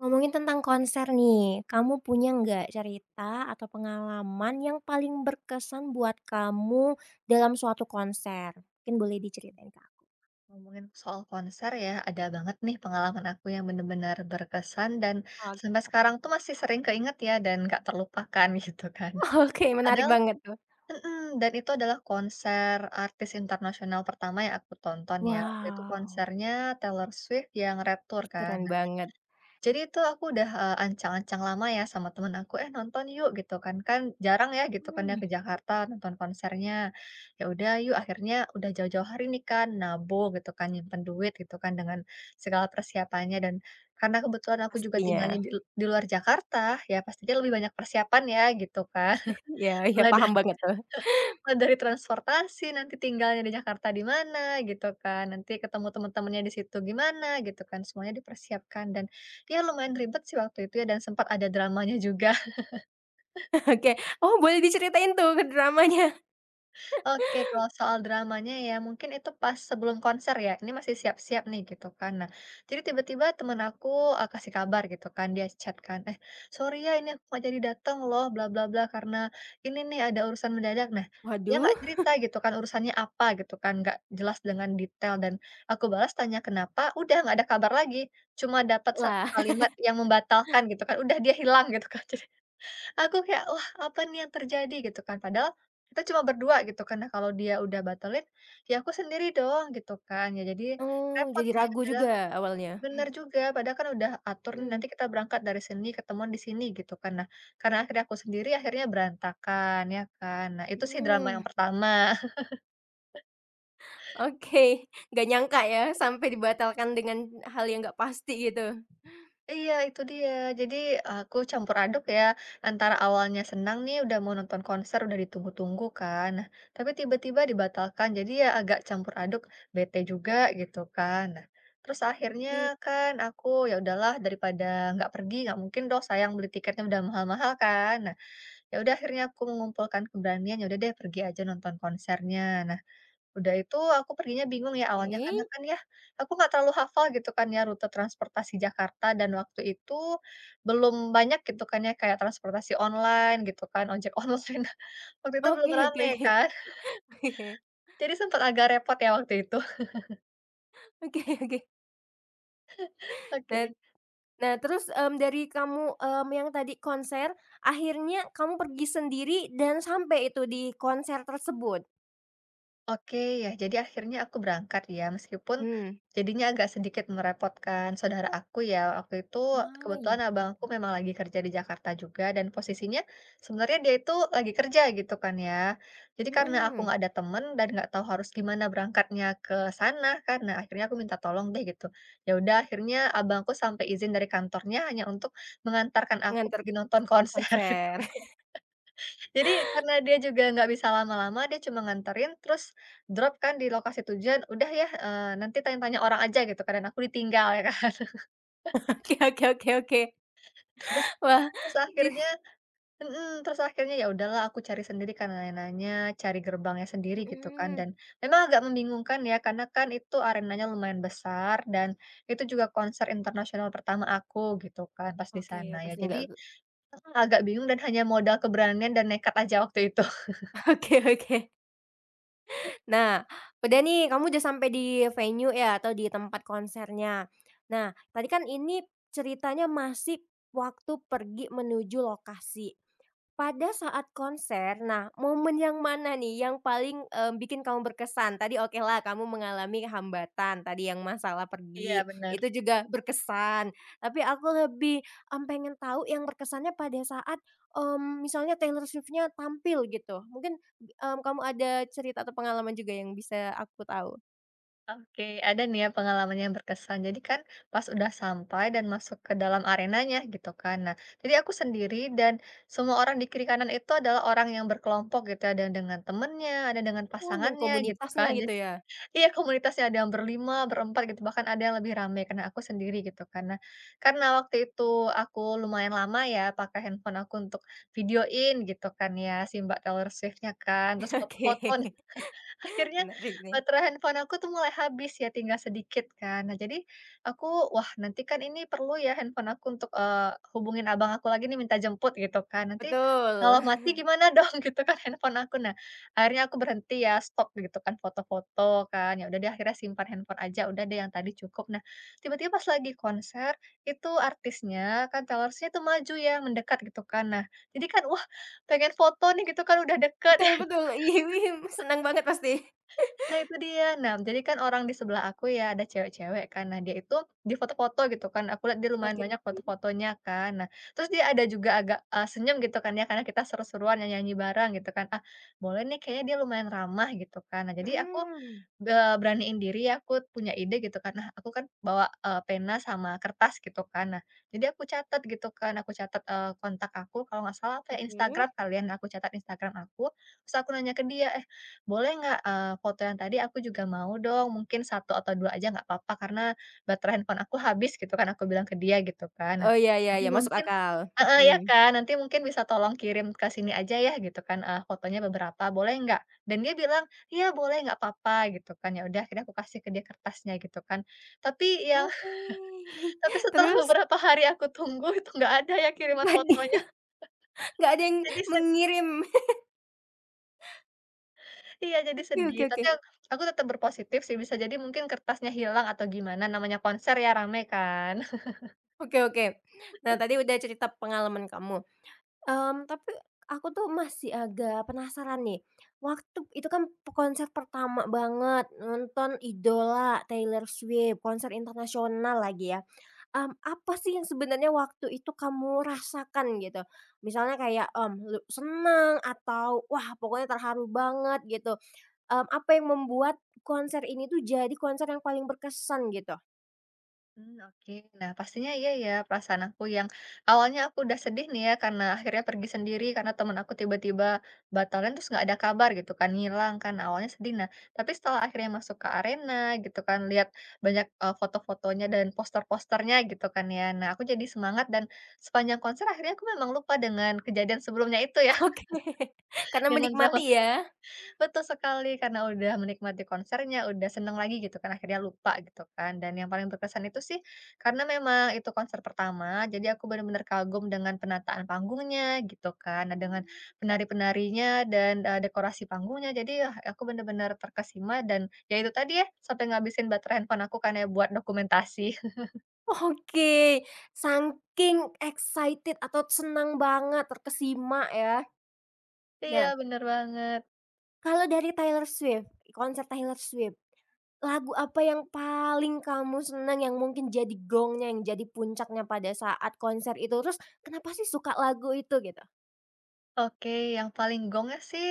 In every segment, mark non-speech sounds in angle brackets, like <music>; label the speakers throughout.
Speaker 1: Ngomongin tentang konser nih, kamu punya nggak cerita atau pengalaman yang paling berkesan buat kamu dalam suatu konser? Mungkin boleh diceritain ke
Speaker 2: Ngomongin soal konser ya, ada banget nih pengalaman aku yang bener-bener berkesan dan
Speaker 1: Oke,
Speaker 2: sampai
Speaker 1: apa
Speaker 2: sekarang tuh
Speaker 1: tuh?
Speaker 2: masih sering keinget ya dan gak terlupakan <laughs> gitu kan.
Speaker 1: <laughs> Oke, menarik
Speaker 2: Padahal,
Speaker 1: banget tuh.
Speaker 2: dan itu adalah konser artis internasional pertama yang aku tonton ya. Waktu itu
Speaker 1: Wow,
Speaker 2: konsernya Taylor Swift yang Red Tour
Speaker 1: ih
Speaker 2: kan.
Speaker 1: keren banget.
Speaker 2: Jadi itu aku udah, ancang-ancang lama ya sama temen aku, "Eh, nonton yuk," gitu kan. Kan jarang ya gitu kan ya
Speaker 1: Mmm,
Speaker 2: ke Jakarta nonton konsernya. Ya udah yuk, akhirnya udah jauh-jauh hari nih kan nabung gitu kan, nyimpen duit gitu kan dengan segala persiapannya dan karena kebetulan aku juga
Speaker 1: pastinya.
Speaker 2: tinggalnya di luar Jakarta, ya pastinya lebih banyak persiapan ya gitu kan.
Speaker 1: Ya,
Speaker 2: <laughs>
Speaker 1: ya
Speaker 2: Mulai
Speaker 1: paham banget tuh.
Speaker 2: Mulai dari transportasi, nanti tinggalnya di Jakarta di mana gitu kan, nanti ketemu teman-temannya di situ gimana gitu kan, semuanya dipersiapkan dan ya lumayan ribet sih waktu itu ya dan sempat ada dramanya juga.
Speaker 1: <laughs> Oke. Oh, boleh diceritain tuh ke dramanya.
Speaker 2: Oke, kalau soal dramanya ya, mungkin itu pas sebelum konser ya, ini masih siap-siap nih gitu kan. Nah, jadi tiba-tiba temen aku, kasih kabar gitu kan, dia chat kan, "Eh, sorry ya ini aku nggak jadi dateng loh, bla bla bla, karena ini nih ada urusan mendadak." Nah, dia
Speaker 1: Waduh,
Speaker 2: nggak cerita gitu kan urusannya apa gitu kan, nggak jelas dengan detail dan aku balas tanya kenapa, udah nggak ada kabar lagi, cuma dapat satu
Speaker 1: lah. <laughs>
Speaker 2: kalimat yang membatalkan gitu kan, udah dia hilang gitu kan. <laughs> Aku kayak, "Wah, apa nih yang terjadi?" Gitu kan. Padahal kita cuma berdua gitu kan. Nah, kalau dia udah batalin, ya aku sendiri dong gitu kan. Ya jadi
Speaker 1: Oh,
Speaker 2: repot
Speaker 1: jadi
Speaker 2: ya.
Speaker 1: ragu
Speaker 2: Padahal
Speaker 1: juga awalnya?
Speaker 2: bener juga, padahal kan udah atur nih nanti
Speaker 1: Mhm,
Speaker 2: kita berangkat dari sini, ketemuan di sini gitu kan. Nah, karena akhirnya aku sendiri akhirnya berantakan ya kan. Nah, itu sih drama yang
Speaker 1: mhm.
Speaker 2: pertama.
Speaker 1: Oke, nggak nyangka ya sampai dibatalkan dengan hal yang nggak pasti gitu.
Speaker 2: Iya itu dia. Jadi aku campur aduk ya, antara awalnya senang nih udah mau nonton konser, udah ditunggu-tunggu kan. Nah, tapi tiba-tiba dibatalkan. Jadi ya agak campur aduk, bete juga gitu kan. Nah, terus akhirnya
Speaker 1: Oke,
Speaker 2: kan aku ya udahlah daripada nggak pergi, nggak mungkin dong sayang beli tiketnya udah mahal-mahal kan. Nah, ya udah akhirnya aku mengumpulkan keberanian, ya udah deh pergi aja nonton konsernya. Nah, udah itu aku perginya bingung ya. Mhm. Awalnya karena kan ya, aku nggak terlalu hafal gitu kan ya rute transportasi Jakarta dan waktu itu belum banyak gitu kan ya kayak transportasi online gitu kan, ojek online. <laughs> Waktu itu belum
Speaker 1: oke, oke,
Speaker 2: rame
Speaker 1: oke.
Speaker 2: kan, jadi sempat agak repot ya waktu itu. <laughs>
Speaker 1: Oke, oke. Oke. Nah,
Speaker 2: Oke.
Speaker 1: nah terus, dari kamu, yang tadi konser, akhirnya kamu pergi sendiri dan sampai itu di konser tersebut?
Speaker 2: Oke ya, jadi akhirnya aku berangkat ya, meskipun
Speaker 1: Mmm.
Speaker 2: jadinya agak sedikit merepotkan saudara aku ya. Waktu itu
Speaker 1: Ah, iya,
Speaker 2: kebetulan abang
Speaker 1: paham
Speaker 2: aku
Speaker 1: paham.
Speaker 2: memang lagi kerja di Jakarta juga dan posisinya sebenarnya dia itu lagi kerja gitu kan ya. Jadi karena aku
Speaker 1: Mhm,
Speaker 2: nggak ada temen dan nggak tahu harus gimana berangkatnya ke sana kan, nah akhirnya aku minta tolong deh gitu. Ya udah akhirnya abangku sampai izin dari kantornya hanya untuk mengantarkan aku
Speaker 1: nganter
Speaker 2: pergi nonton konser. <laughs>
Speaker 1: konser.
Speaker 2: Jadi karena dia juga nggak bisa lama-lama, dia cuma nganterin, terus drop kan di lokasi tujuan, udah ya, nanti tanya-tanya orang aja gitu. Karena aku ditinggal ya kan.
Speaker 1: <laughs> Oke, oke, oke, oke.
Speaker 2: <laughs> Terus
Speaker 1: Wah,
Speaker 2: terus
Speaker 1: ji
Speaker 2: akhirnya mhm, terus akhirnya ya udahlah aku cari sendiri kan arenanya, cari gerbangnya sendiri gitu kan,
Speaker 1: mhm.
Speaker 2: dan memang agak membingungkan ya, karena kan itu arenanya lumayan besar dan itu juga konser internasional pertama aku gitu kan pas di
Speaker 1: Oke,
Speaker 2: sana ya.
Speaker 1: pasti nggak,
Speaker 2: Jadi mhm, agak bingung dan hanya modal keberanian dan nekat aja waktu itu. <laughs>
Speaker 1: <laughs> Oke, oke. Nah, udah nih kamu udah sampai di venue ya atau di tempat konsernya. Nah, tadi kan ini ceritanya masih waktu pergi menuju lokasi. Pada saat konser, nah momen yang mana nih yang paling, bikin kamu berkesan? Tadi okelah kamu mengalami hambatan, tadi yang masalah pergi,
Speaker 2: Iya benar.
Speaker 1: itu juga berkesan. Tapi aku lebih, pengen tahu yang berkesannya pada saat, misalnya Taylor Swift-nya tampil gitu. Mungkin, kamu ada cerita atau pengalaman juga yang bisa aku tahu?
Speaker 2: Oke, ada nih ya pengalaman yang berkesan. Jadi kan pas udah sampai dan masuk ke dalam arenanya gitu kan. Nah, jadi aku sendiri dan semua orang di kiri kanan itu adalah orang yang berkelompok gitu ya. Ada yang dengan temennya, ada yang dengan
Speaker 1: Oh, dan
Speaker 2: pasangannya gitu
Speaker 1: komunitasnya
Speaker 2: kan. <laughs>
Speaker 1: gitu
Speaker 2: Jadi
Speaker 1: ya?
Speaker 2: iya komunitasnya ada yang berlima, berempat gitu bahkan ada yang lebih ramai karena aku sendiri gitu karena waktu itu aku lumayan lama ya pakai handphone aku untuk videoin gitu kan ya si Mbak Taylor Swift-nya kan
Speaker 1: <laughs>
Speaker 2: terus foto-foto.
Speaker 1: Oke,
Speaker 2: Akhirnya
Speaker 1: menarik nih.
Speaker 2: baterai handphone aku tuh mulai habis ya, tinggal sedikit kan. Nah jadi aku, wah nanti kan ini perlu ya handphone aku untuk, hubungin abang aku lagi nih minta jemput gitu kan. Nanti kalau
Speaker 1: Betul.
Speaker 2: mati
Speaker 1: <laughs>
Speaker 2: gimana <laughs> dong gitu kan handphone aku. Nah akhirnya aku berhenti ya, stop gitu kan foto-foto kan. Ya udah deh akhirnya simpan handphone aja, udah deh yang tadi cukup. Nah tiba-tiba pas lagi konser, itu artisnya kan Taylor Swift itu maju ya, mendekat gitu kan. Nah jadi kan, wah pengen foto nih gitu kan udah deket.
Speaker 1: Betul, betul, iya, <laughs> senang banget pasti.
Speaker 2: Nah itu dia. Nah, jadi kan orang di sebelah aku ya ada cewek-cewek kan, nah dia itu di foto-foto gitu kan, aku lihat dia lumayan
Speaker 1: Oke.
Speaker 2: banyak foto-fotonya kan. Nah, terus dia ada juga agak, senyum gitu kan ya karena kita seru-seruan nyanyi-nyanyi bareng gitu kan, ah boleh nih kayaknya dia lumayan ramah gitu kan. Nah jadi aku
Speaker 1: Mhm,
Speaker 2: beraniin diri ya, aku punya ide gitu kan. Nah, aku kan bawa, pena sama kertas gitu kan. Nah, jadi aku catat gitu kan, aku catat, kontak aku kalau nggak salah apa ya,
Speaker 1: oke.
Speaker 2: Instagram kali ya. Nah, aku catat Instagram aku, terus aku nanya ke dia, "Eh, boleh nggak, foto yang tadi aku juga mau dong, mungkin satu atau 2 aja nggak apa-apa karena baterai handphone aku habis," gitu kan aku bilang ke dia gitu kan. Nah,
Speaker 1: Oh, iya, iya,
Speaker 2: nanti
Speaker 1: iya, masuk
Speaker 2: mungkin
Speaker 1: akal,
Speaker 2: heeh, ya
Speaker 1: mhm.
Speaker 2: kan, "Nanti mungkin bisa tolong kirim ke sini aja ya," gitu kan, "fotonya beberapa, boleh nggak?" Dan dia bilang, iya boleh nggak papa gitu kan, ya udah akhirnya aku kasih ke dia kertasnya gitu kan. Tapi yang
Speaker 1: Oke.
Speaker 2: <laughs> tapi
Speaker 1: <laughs>
Speaker 2: setelah
Speaker 1: Terus
Speaker 2: beberapa hari aku tunggu itu nggak ada ya kiriman
Speaker 1: nggak
Speaker 2: fotonya,
Speaker 1: ada nggak ada yang
Speaker 2: jadi sedih.
Speaker 1: mengirim. <laughs>
Speaker 2: Iya jadi
Speaker 1: Oke,
Speaker 2: sedih,
Speaker 1: oke,
Speaker 2: tapi
Speaker 1: oke.
Speaker 2: aku tetap berpositif sih bisa jadi mungkin kertasnya hilang atau gimana namanya konser ya rame kan.
Speaker 1: Oke, oke. Nah, tadi udah cerita pengalaman kamu, tapi aku tuh masih agak penasaran nih, waktu itu kan konser pertama banget nonton idola Taylor Swift, konser internasional lagi ya. Apa sih yang sebenarnya waktu itu kamu rasakan gitu? Misalnya kayak, lu senang atau wah pokoknya terharu banget gitu, apa yang membuat konser ini tuh jadi konser yang paling berkesan gitu?
Speaker 2: Mmm, oke. Nah, pastinya iya ya perasaan aku yang awalnya aku udah sedih nih ya karena akhirnya pergi sendiri karena temen aku tiba-tiba batalin terus nggak ada kabar gitu kan, ngilang kan, awalnya sedih. Nah, tapi setelah akhirnya masuk ke arena gitu kan, lihat banyak, foto-fotonya dan poster-posternya gitu kan ya. Nah, aku jadi semangat dan sepanjang konser akhirnya aku memang lupa dengan kejadian sebelumnya itu ya,
Speaker 1: <laughs> Oke,
Speaker 2: <laughs>
Speaker 1: karena
Speaker 2: dengan drama.
Speaker 1: menikmati ya?
Speaker 2: Betul sekali, karena udah menikmati konsernya, udah seneng lagi gitu kan, akhirnya lupa gitu kan. Dan yang paling berkesan itu sih, karena memang itu konser pertama, jadi aku benar-benar kagum dengan penataan panggungnya gitu kan. Nah, dengan penari-penarinya dan, dekorasi panggungnya. Jadi yah, aku benar-benar terkesima dan ya itu tadi ya, sampai ngabisin baterai handphone aku kan ya buat dokumentasi. <laughs>
Speaker 1: Oke, saking excited atau senang banget, terkesima ya.
Speaker 2: Iya,
Speaker 1: Nah,
Speaker 2: bener banget.
Speaker 1: kalau dari Taylor Swift, konser Taylor Swift, lagu apa yang paling kamu seneng yang mungkin jadi gongnya, yang jadi puncaknya pada saat konser itu? Terus kenapa sih suka lagu itu gitu?
Speaker 2: Oke, yang paling gongnya sih,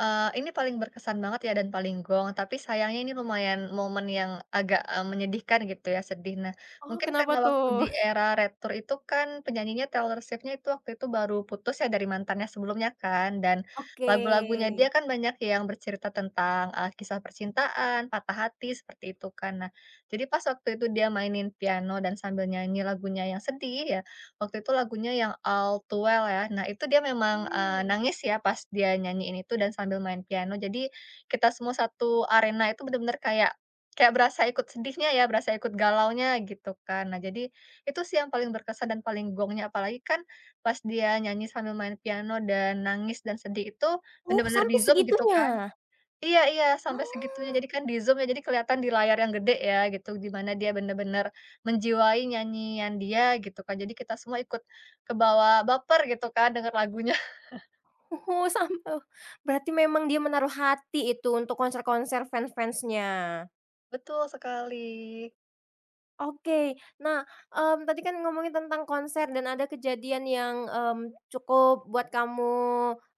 Speaker 2: ini paling berkesan banget ya dan paling gong, tapi sayangnya ini lumayan momen yang agak, menyedihkan gitu ya, sedih. Nah,
Speaker 1: Oh,
Speaker 2: mungkin
Speaker 1: kenapa
Speaker 2: karena waktu di
Speaker 1: tuh?
Speaker 2: era retro itu kan penyanyinya Taylor Swift-nya itu waktu itu baru putus ya dari mantannya sebelumnya kan, dan
Speaker 1: Oke.
Speaker 2: lagu-lagunya dia kan banyak yang bercerita tentang, kisah percintaan, patah hati, seperti itu kan. Nah, jadi pas waktu itu dia mainin piano dan sambil nyanyi lagunya yang sedih ya, waktu itu lagunya yang All Too Well ya. Nah itu dia memang,
Speaker 1: Mmm.
Speaker 2: nangis ya pas dia nyanyiin itu dan sambil main piano. Jadi kita semua satu arena itu bener-bener kayak kayak berasa ikut sedihnya ya, berasa ikut galaunya gitu kan. Nah jadi itu sih yang paling berkesan dan paling gongnya. Apalagi kan pas dia nyanyi sambil main piano dan nangis dan sedih itu
Speaker 1: Oh,
Speaker 2: bener-bener
Speaker 1: sampai
Speaker 2: di-zoom gitu
Speaker 1: segitunya?
Speaker 2: kan. Iya iya, sampai segitunya.
Speaker 1: Oh,
Speaker 2: Jadi kan di Zoom ya, jadi kelihatan di layar yang gede ya gitu, di mana dia benar-benar menjiwai nyanyian dia gitu kan. Jadi kita semua ikut ke bawah baper gitu kan denger lagunya. <laughs>
Speaker 1: <laughs> oh, berarti memang dia menaruh hati itu untuk konser-konser fans-fansnya.
Speaker 2: Betul sekali.
Speaker 1: Oke. Nah, tadi kan ngomongin tentang konser dan ada kejadian yang, cukup buat kamu,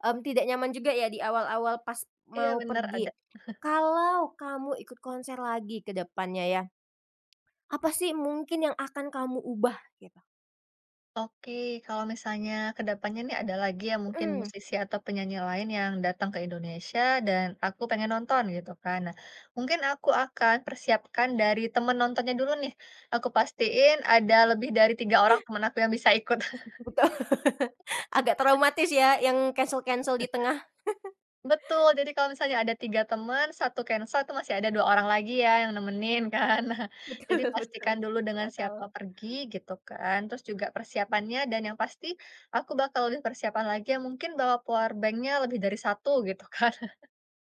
Speaker 1: tidak nyaman juga ya di awal-awal pas
Speaker 2: Iya
Speaker 1: mau
Speaker 2: benar
Speaker 1: pergi.
Speaker 2: ada.
Speaker 1: Kalau kamu ikut konser lagi ke depannya ya, apa sih mungkin yang akan kamu ubah gitu?
Speaker 2: Oke, kalau misalnya ke depannya nih ada lagi ya mungkin
Speaker 1: Mhm,
Speaker 2: musisi atau penyanyi lain yang datang ke Indonesia dan aku pengen nonton gitu kan. Nah, mungkin aku akan persiapkan dari temen nontonnya dulu nih. Aku pastiin ada lebih dari 3 orang temen aku yang bisa ikut.
Speaker 1: betul. <laughs> Agak traumatis ya yang cancel-cancel di tengah.
Speaker 2: Betul, jadi kalau misalnya ada 3 teman, satu cancel itu masih ada 2 orang lagi ya yang nemenin kan. <laughs> Nah,
Speaker 1: <laughs>
Speaker 2: jadi
Speaker 1: Betul, betul,
Speaker 2: pastikan dulu
Speaker 1: masuk
Speaker 2: dengan
Speaker 1: akal.
Speaker 2: siapa pergi gitu kan, terus juga persiapannya dan yang pasti aku bakal lebih persiapan lagi ya mungkin bawa powerbank banknya lebih dari satu gitu kan,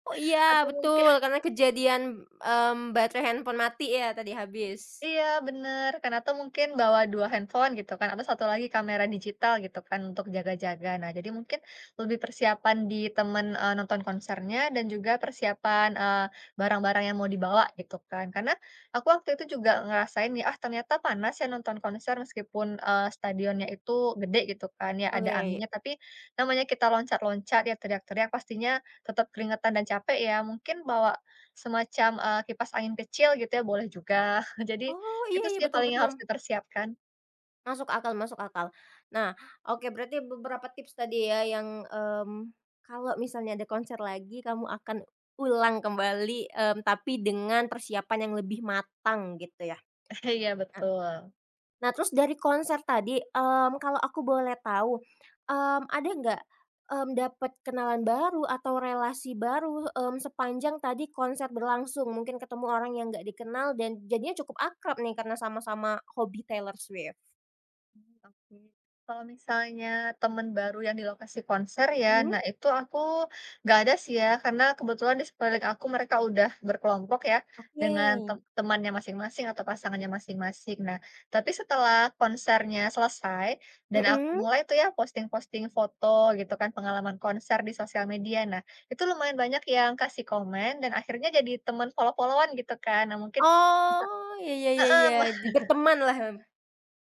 Speaker 1: Oh
Speaker 2: <laughs>
Speaker 1: iya,
Speaker 2: atau mungkin
Speaker 1: betul karena kejadian, baterai handphone mati ya tadi habis.
Speaker 2: iya bener, kan atau mungkin bawa 2 handphone gitu kan, atau satu lagi kamera digital gitu kan untuk jaga-jaga. Nah jadi mungkin lebih persiapan di temen, nonton konsernya dan juga persiapan, barang-barang yang mau dibawa gitu kan. Karena aku waktu itu juga ngerasain ya, ah ternyata panas ya nonton konser meskipun, stadionnya itu gede gitu kan ya, ada
Speaker 1: Oke.
Speaker 2: anginnya, tapi namanya kita loncat-loncat ya teriak-teriak pastinya tetap keringetan dan capek ya. Mungkin bawa semacam, kipas angin kecil gitu ya boleh juga. <laughs> Jadi
Speaker 1: Oh, iya,
Speaker 2: itu
Speaker 1: iya,
Speaker 2: sih
Speaker 1: betul,
Speaker 2: paling yang
Speaker 1: betul.
Speaker 2: harus dipersiapkan.
Speaker 1: Masuk akal, masuk akal. Nah, oke berarti beberapa tips tadi ya yang, kalau misalnya ada konser lagi kamu akan ulang kembali, tapi dengan persiapan yang lebih matang gitu ya.
Speaker 2: <laughs> Iya
Speaker 1: Nah,
Speaker 2: betul.
Speaker 1: nah terus dari konser tadi, kalau aku boleh tahu, ada nggak, dapat kenalan baru atau relasi baru, sepanjang tadi konser berlangsung? Mungkin ketemu orang yang nggak dikenal dan jadinya cukup akrab nih karena sama-sama hobi Taylor Swift.
Speaker 2: Mmm, oke. Kalau misalnya temen baru yang di lokasi konser ya,
Speaker 1: Mhm.
Speaker 2: nah itu aku nggak ada sih ya, karena kebetulan di sekeliling aku mereka udah berkelompok ya,
Speaker 1: Oke.
Speaker 2: dengan temannya masing-masing atau pasangannya masing-masing. Nah, tapi setelah konsernya selesai dan aku
Speaker 1: Mhm.
Speaker 2: mulai tuh ya posting-posting foto gitu kan, pengalaman konser di sosial media. Nah, itu lumayan banyak yang kasih komen dan akhirnya jadi temen follow follow gitu kan. Nah mungkin
Speaker 1: Oh, ya, ya, ya, ya, di bertemanlah, mmm.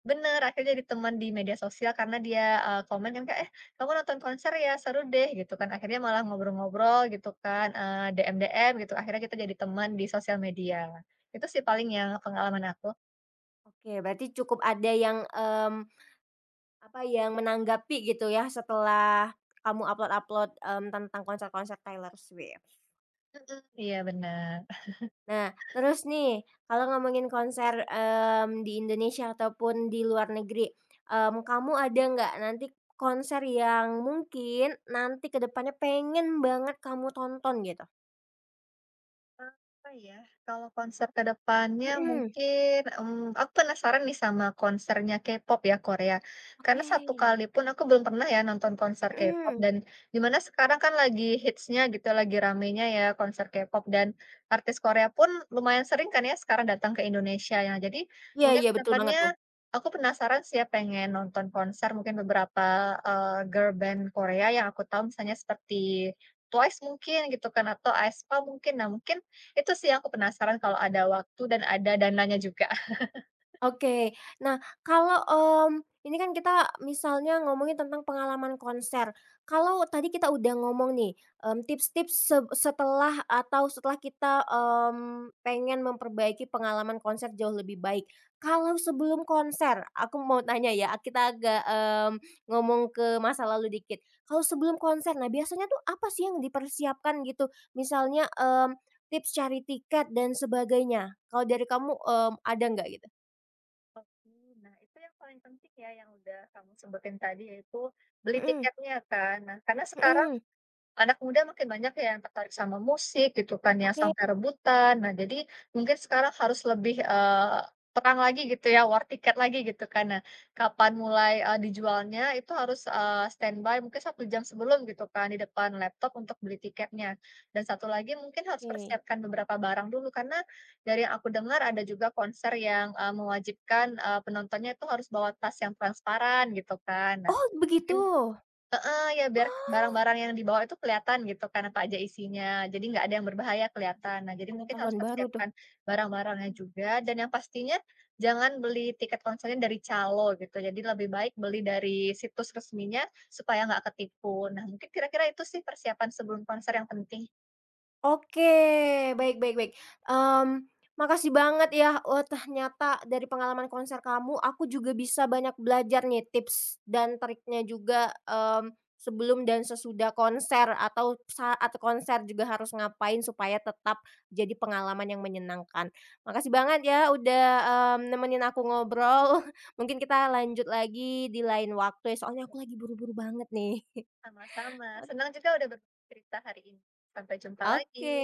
Speaker 2: bener, akhirnya jadi teman di media sosial karena dia, komen kan Kak, "Eh, kamu nonton konser ya? Seru deh," gitu kan. Akhirnya malah ngobrol-ngobrol gitu kan, DM-DM gitu, akhirnya kita jadi teman di sosial media. Itu sih paling yang pengalaman aku.
Speaker 1: Oke, berarti cukup ada yang, apa, yang menanggapi gitu ya setelah kamu upload-upload, tentang konser-konser Taylor Swift.
Speaker 2: Mhm, iya bener.
Speaker 1: Nah, terus nih kalau ngomongin konser, di Indonesia ataupun di luar negeri, kamu ada nggak nanti konser yang mungkin nanti ke depannya pengen banget kamu tonton gitu?
Speaker 2: Apa ya, kalau konser ke depannya
Speaker 1: Mhm.
Speaker 2: mungkin, mmm, aku penasaran nih sama konsernya K-pop ya, Korea. Karena
Speaker 1: Oke.
Speaker 2: satu kali pun aku belum pernah ya nonton konser K-pop
Speaker 1: Mhm.
Speaker 2: dan dimana sekarang kan lagi hitsnya gitu, lagi ramenya ya konser K-pop dan artis Korea pun lumayan sering kan ya sekarang datang ke Indonesia ya. Jadi
Speaker 1: Iya,
Speaker 2: mungkin
Speaker 1: iya,
Speaker 2: ke
Speaker 1: betul banget,
Speaker 2: depannya aku penasaran sih ya pengen nonton konser mungkin beberapa, girl band Korea yang aku tahu misalnya seperti TWICE mungkin gitu kan atau aespa mungkin. Nah mungkin itu sih aku penasaran kalau ada waktu dan ada dananya juga.
Speaker 1: Oke. Nah, kalau, ini kan kita misalnya ngomongin tentang pengalaman konser. Kalau tadi kita udah ngomong nih, tips-tips setelah atau setelah kita, pengen memperbaiki pengalaman konser jauh lebih baik. Kalau sebelum konser, aku mau tanya ya, kita agak, ngomong ke masa lalu dikit. Kalau sebelum konser, nah biasanya tuh apa sih yang dipersiapkan gitu? Misalnya, tips cari tiket dan sebagainya. Kalau dari kamu, ada nggak gitu?
Speaker 2: Oke, nah itu yang paling penting ya yang udah kamu sebutin tadi yaitu beli
Speaker 1: Mhm,
Speaker 2: tiketnya kan. Nah karena sekarang
Speaker 1: mhm.
Speaker 2: anak muda makin banyak ya yang tertarik sama musik gitu kan ya,
Speaker 1: Oke,
Speaker 2: sampai rebutan. Nah, jadi mungkin sekarang harus lebih, terang lagi gitu ya, war tiket lagi gitu kan. Nah, kapan mulai, dijualnya itu harus, standby mungkin satu jam sebelum gitu kan di depan laptop untuk beli tiketnya. Dan satu lagi mungkin harus
Speaker 1: oke.
Speaker 2: persiapkan beberapa barang dulu karena dari yang aku dengar ada juga konser yang, mewajibkan, penontonnya itu harus bawa tas yang transparan gitu kan. Nah,
Speaker 1: Oh begitu?
Speaker 2: mungkin heeh, ya biar
Speaker 1: Oh,
Speaker 2: barang-barang yang dibawa itu kelihatan gitu kan apa aja isinya, jadi nggak ada yang berbahaya kelihatan. Nah, jadi mungkin harus
Speaker 1: pengetahuan baru tuh.
Speaker 2: persiapkan barang-barangnya juga dan yang pastinya jangan beli tiket konsernya dari calo gitu, jadi lebih baik beli dari situs resminya supaya nggak ketipu. Nah, mungkin kira-kira itu sih persiapan sebelum konser yang penting.
Speaker 1: Oke, baik, baik, baik. Mmm, Makasih banget ya. Oh, ternyata dari pengalaman konser kamu, aku juga bisa banyak belajar nih tips dan triknya juga, sebelum dan sesudah konser atau saat konser juga harus ngapain supaya tetap jadi pengalaman yang menyenangkan. Makasih banget ya udah, nemenin aku ngobrol. <laughs> Mungkin kita lanjut lagi di lain waktu ya, soalnya aku lagi buru-buru banget nih.
Speaker 2: Sama-sama, senang
Speaker 1: <laughs>
Speaker 2: juga udah berbagi cerita hari ini. Sampai jumpa lagi.
Speaker 1: Oke.